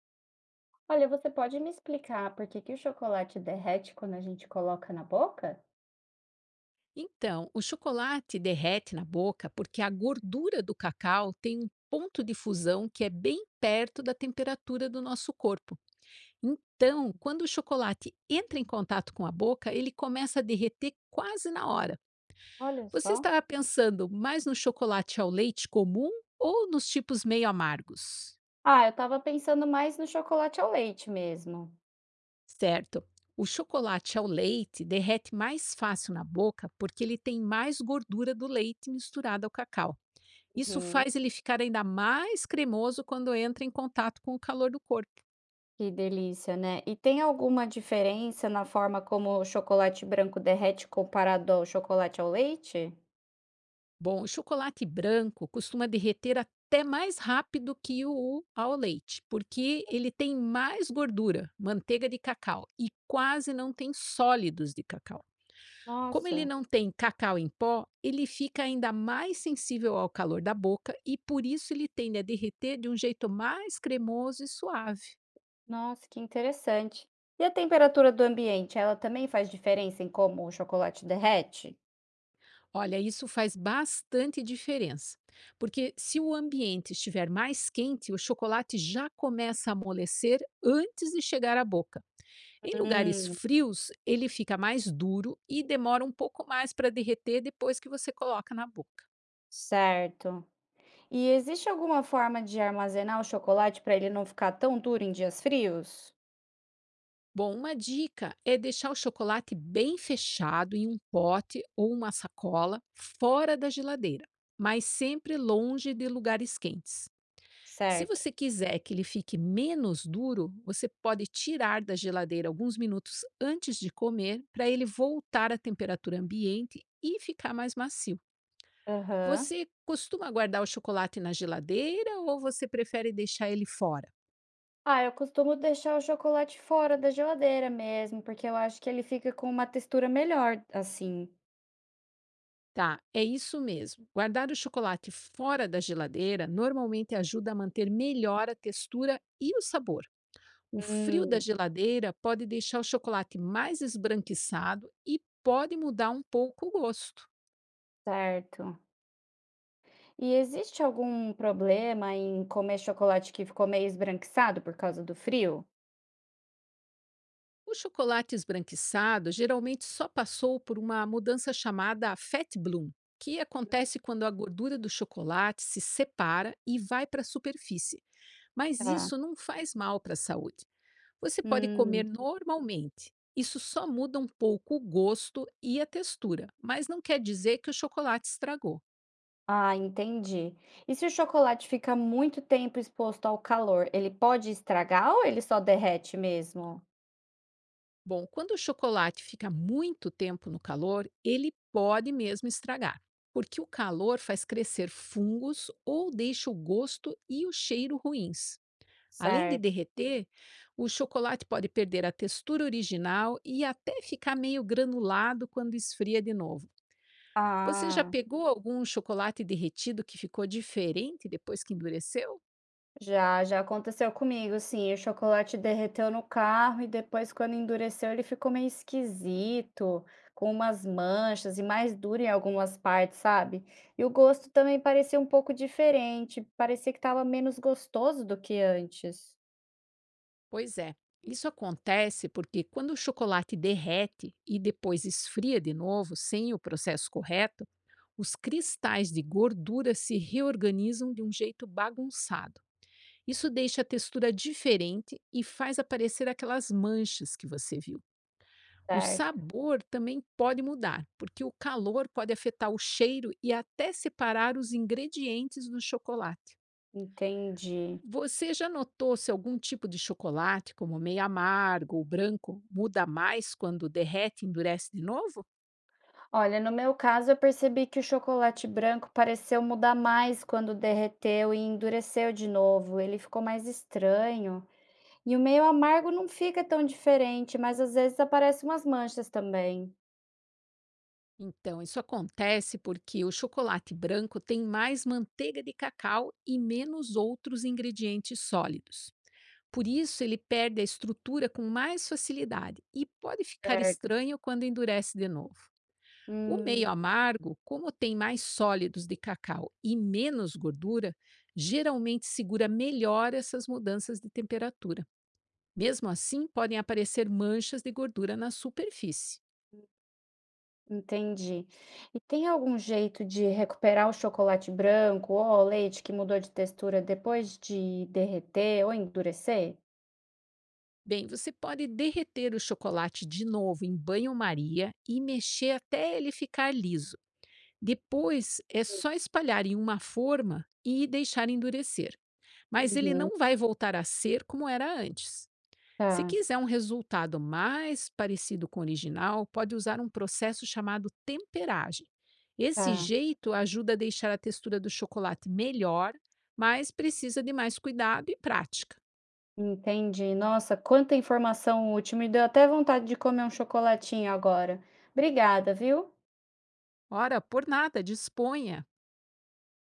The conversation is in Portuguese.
Olha, você pode me explicar por que que o chocolate derrete quando a gente coloca na boca? Então, o chocolate derrete na boca porque a gordura do cacau tem um ponto de fusão que é bem perto da temperatura do nosso corpo. Então, quando o chocolate entra em contato com a boca, ele começa a derreter quase na hora. Olha Você só. estava pensando mais no chocolate ao leite comum ou nos tipos meio amargos? Ah, eu tava pensando mais no chocolate ao leite mesmo. Certo. O chocolate ao leite derrete mais fácil na boca porque ele tem mais gordura do leite misturada ao cacau. Isso Uhum. faz ele ficar ainda mais cremoso quando entra em contato com o calor do corpo. Que delícia, né? E tem alguma diferença na forma como o chocolate branco derrete comparado ao chocolate ao leite? Bom, o chocolate branco costuma derreter até mais rápido que o ao leite, porque ele tem mais gordura, manteiga de cacau e quase não tem sólidos de cacau. Como ele Nossa, não tem cacau em pó, ele fica ainda mais sensível ao calor da boca e por isso ele tende a derreter de um jeito mais cremoso e suave. nossa, que interessante. E a temperatura do ambiente, ela também faz diferença em como o chocolate derrete? Olha, isso faz bastante diferença, porque se o ambiente estiver mais quente, o chocolate já começa a amolecer antes de chegar à boca. Em lugares Hum, frios, ele fica mais duro e demora um pouco mais para derreter depois que você coloca na boca. certo. E existe alguma forma de armazenar o chocolate para ele não ficar tão duro em dias frios? Bom, uma dica é deixar o chocolate bem fechado em um pote ou uma sacola fora da geladeira, mas sempre longe de lugares quentes. Se Certo. você quiser que ele fique menos duro, você pode tirar da geladeira alguns minutos antes de comer para ele voltar à temperatura ambiente e ficar mais macio. Aham. Você costuma guardar o chocolate na geladeira ou você prefere deixar ele fora? Ah, eu costumo deixar o chocolate fora da geladeira mesmo, porque eu acho que ele fica com uma textura melhor assim. Tá, é isso mesmo. Guardar o chocolate fora da geladeira normalmente ajuda a manter melhor a textura e o sabor. O frio da Hum, geladeira pode deixar o chocolate mais esbranquiçado e pode mudar um pouco o gosto. certo. E existe algum problema em comer chocolate que ficou meio esbranquiçado por causa do frio? O chocolate esbranquiçado geralmente só passou por uma mudança chamada fat bloom, que acontece quando a gordura do chocolate se separa e vai para a superfície. Mas Tá. isso não faz mal para a saúde. Você pode comer Hum. normalmente. Isso só muda um pouco o gosto e a textura, mas não quer dizer que o chocolate estragou. Ah, entendi. E se o chocolate fica muito tempo exposto ao calor, ele pode estragar ou ele só derrete mesmo? Bom, quando o chocolate fica muito tempo no calor, ele pode mesmo estragar, porque o calor faz crescer fungos ou deixa o gosto e o cheiro ruins. Além de Certo. derreter, o chocolate pode perder a textura original e até ficar meio granulado quando esfria de novo. Você já Ah, pegou algum chocolate derretido que ficou diferente depois que endureceu? já, já aconteceu comigo, sim. O chocolate derreteu no carro e depois, quando endureceu, ele ficou meio esquisito, com umas manchas e mais duro em algumas partes, sabe? E o gosto também parecia um pouco diferente, parecia que estava menos gostoso do que antes. Pois é. Isso acontece porque quando o chocolate derrete e depois esfria de novo, sem o processo correto, os cristais de gordura se reorganizam de um jeito bagunçado. Isso deixa a textura diferente e faz aparecer aquelas manchas que você viu. O Certo. sabor também pode mudar, porque o calor pode afetar o cheiro e até separar os ingredientes do chocolate. Entendi. Você já notou se algum tipo de chocolate, como meio amargo ou branco, muda mais quando derrete e endurece de novo? Olha, no meu caso, eu percebi que o chocolate branco pareceu mudar mais quando derreteu e endureceu de novo. Ele ficou mais estranho. E o meio amargo não fica tão diferente, mas às vezes aparecem umas manchas também. Então, isso acontece porque o chocolate branco tem mais manteiga de cacau e menos outros ingredientes sólidos. Por isso, ele perde a estrutura com mais facilidade e pode ficar Certo. estranho quando endurece de novo. O meio Hum, amargo, como tem mais sólidos de cacau e menos gordura, geralmente segura melhor essas mudanças de temperatura. Mesmo assim, podem aparecer manchas de gordura na superfície. entendi. E tem algum jeito de recuperar o chocolate branco ou o leite que mudou de textura depois de derreter ou endurecer? Bem, você pode derreter o chocolate de novo em banho-maria e mexer até ele ficar liso. Depois é só espalhar em uma forma e deixar endurecer, mas ele Uhum. não vai voltar a ser como era antes. Se Tá, quiser um resultado mais parecido com o original, pode usar um processo chamado temperagem. Esse tá. jeito ajuda a deixar a textura do chocolate melhor, mas precisa de mais cuidado e prática. Entendi. Nossa, quanta informação útil. Me deu até vontade de comer um chocolatinho agora. Obrigada, viu? Ora, por nada, disponha!